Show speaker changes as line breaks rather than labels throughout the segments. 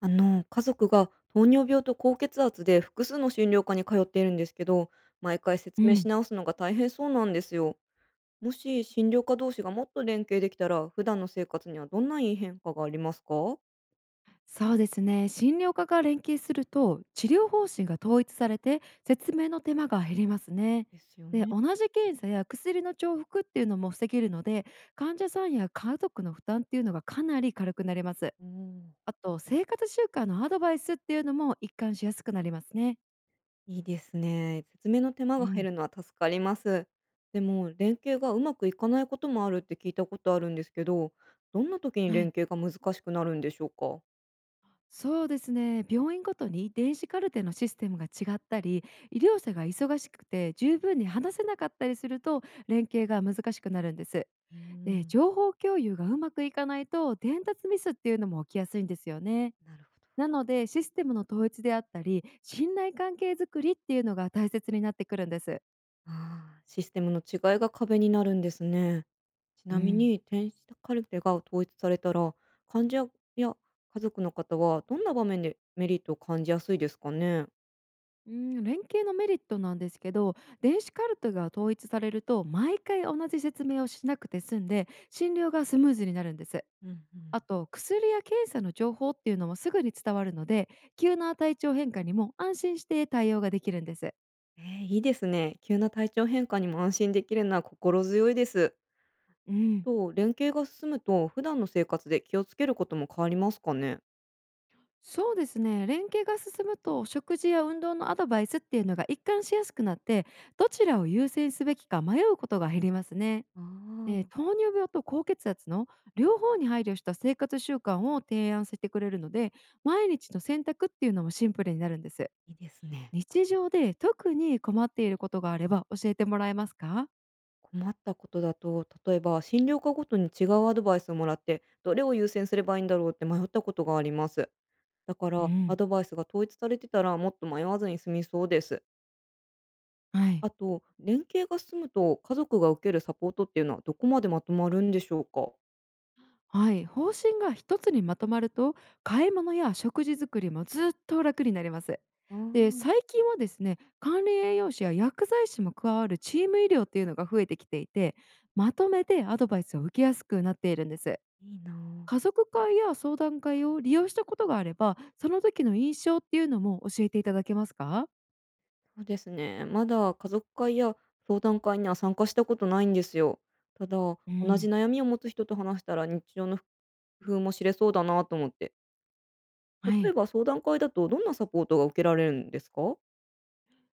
家族が糖尿病と高血圧で複数の診療科に通っているんですけど、毎回
う
説明し
ん、
直すのが大変そうなんですよ。もし診療科同士がもっと連携できたら、普段の生活にはどんないい変化がありますか。
そうですね。診療科が連携すると治療方針が統一されて説明の手間が減りますね。
ですよ
で、
ね。
同じ検査や薬の重複っていうのも防げるので、患者さんや家族の負担っていうのがかなり軽くなります。
うん。
あと、生活習慣のアドバイスっていうのも一貫しやすくなりますね。
いいですね。説明の手間
う
が減
ん、
るのは助かります。でも、連携がうまくいかないこともあるって聞いたことあるんですけど、どんな時に
はい。
連携が難しくなるんでしょうか。
そうですね。病院ごとに電子カルテのシステムが違ったり、医療者が忙しくて十分に話せなかったりすると、連携が難しくなるんです。
う
で、
ん。
情報共有がうまくいかないと伝達ミスっていうのも起きやすいんですよね。
なるほど。
なので、システムの統一であったり信頼関係づくりっていうのが大切になってくるんです。
ああ、システムの違いが壁になるんですね。ち
う
なみ
ん。
に、転写カルテが統一されたら、患者や家族の方はどんな場面でメリットを感じやすいですかね？
うん、連携のメリットなんですけど、電子カルテが統一されると毎回同じ説明をしなくて済んで診療がスムーズになるんです。
うんうん。
あと、薬や検査の情報っていうのもすぐに伝わるので、急な体調変化にも安心して対応ができるんです。
えー、いいですね。急な体調変化にも安心できるのは心強いです。
うん。
と、連携が進むと、普段の生活で気をつけることも変わりますかね？
そうですね。連携が進むと、食事や運動のアドバイスっていうのが一貫しやすくなって、どちらを優先すべきか迷うことが減りますね。
ああ、
糖尿病と高血圧の両方に配慮した生活習慣を提案してくれるので、毎日の選択っていうのもシンプルになるんです。
いいですね。
日常で特に困っていることがあれば教えてもらえますか？
困ったことだと、例えば診療科ごとに違うアドバイスをもらって、どれを優先すればいいんだろうって迷ったことがあります。だか
う
ら、ア
ん。
ドバイスが統一されてたらもっと迷わずに済みそうです。
はい。
あと、連携が進むと家族が受けるサポートっていうのはどこまでまとまるんでしょうか。
はい、方針が一つにまとまると、買い物や食事作りもずっと楽になります。
あ
で、最
あ、
近はですね、管理栄養士や薬剤師も加わるチーム医療っていうのが増えてきていて、まとめてアドバイスを受けやすくなっているんです。
いいな
家
あ。
族会や相談会を利用したことがあれば、その時の印象っていうのも教えていただけますか？
そうですね。まだ家族会や相談会には参加したことないんですよ。ただ、
う
同じ
ん、
悩みを持つ人と話したら日常の工夫も知れそうだなと思って。
は
例え
い。
ば相談会だと、どんなサポートが受けられるんですか？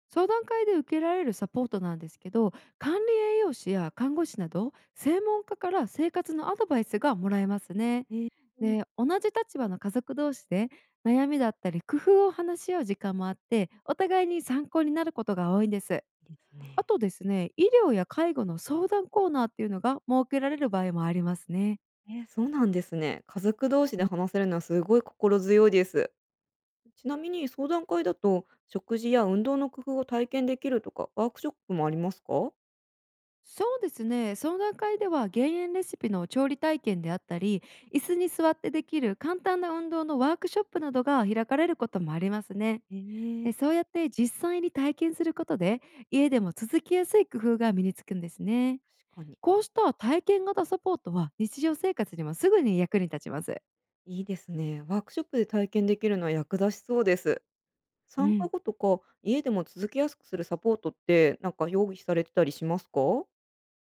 相談会で受けられるサポートなんですけど、管理栄養士や看護師など専門家から生活のアドバイスがもらえますね。
ええ、い
で、同じ立場の家族同士で悩みだったり工夫を話し合う時間もあって、お互いに参考になることが多いんです。
いです
あ
ね。
とですね、医療や介護の相談コーナーっていうのが設けられる場合もありますね。
そうなんですね。家族同士で話せるのはすごい心強いです。ちなみに相談会だと、食事や運動の工夫を体験できるとか、ワークショップもありますか？
そうですね。その段階では、減塩レシピの調理体験であったり、椅子に座ってできる簡単な運動のワークショップなどが開かれることもありますね。
え
で、
え。
そうやって実際に体験することで、家でも続きやすい工夫が身につくんですね。
確かに。
こうした体験型サポートは日常生活にもすぐに役に立ちます。
いいですね。ワークショップで体験できるのは役立ちそうです。
う
参加
ん。
後とか、家でも続けやすくするサポートって、なんか用意されてたりしますか？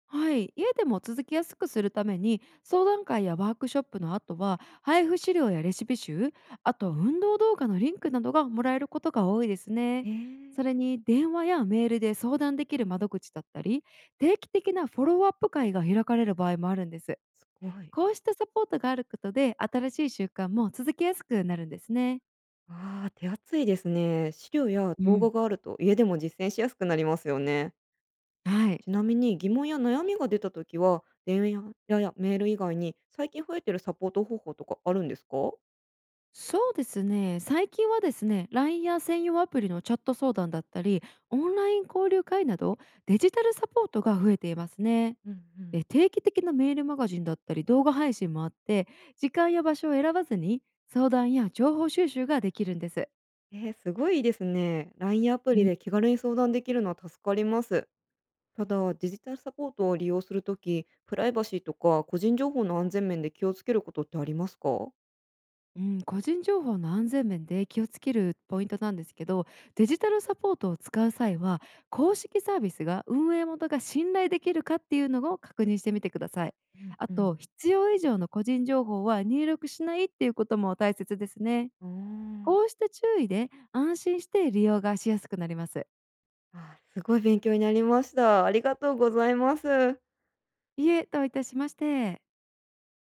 はい、家でも続きやすくするために、相談会やワークショップの後は配布資料やレシピ集、あと運動動画のリンクなどがもらえることが多いですね。
え
それ
え、
に、電話やメールで相談できる窓口だったり、定期的なフォローアップ会が開かれる場合もあるんです。
すごい。
こうしたサポートがあることで新しい習慣も続けやすくなるんですね。
ああ、手厚いですね。資料や
う
動
ん、
画があると家でも実践しやすくなりますよね。
はい。
ちなみに疑問や悩みが出たときは、電話ややメール以外に最近増えてるサポート方法とかあるんですか。
そうですね。最近はですね、LINE や専用アプリのチャット相談だったり、オンライン交流会など、デジタルサポートが増えていますね。
うんうん。
で、定期的なメールマガジンだったり、動画配信もあって、時間や場所を選ばずに相談や情報収集ができるんです。
えー、すごいいいですね。LINE やアプリで気軽に相談できるのは助かります。ただ、デジタルサポートを利用するとき、プライバシーとか個人情報の安全面で気をつけることってありますか。
うん、個人情報の安全面で気をつけるポイントなんですけど、デジタルサポートを使う際は、公式サービスが運営元が信頼できるかっていうのを確認してみてください。
うん
あ
うん。
と、必要以上の個人情報は入力しないっていうことも大切ですね。
あー
こうした注意で安心して利用がしやすくなります。
あー、すごい勉強になりました。ありがとうございます。
いえ、どういたしまして。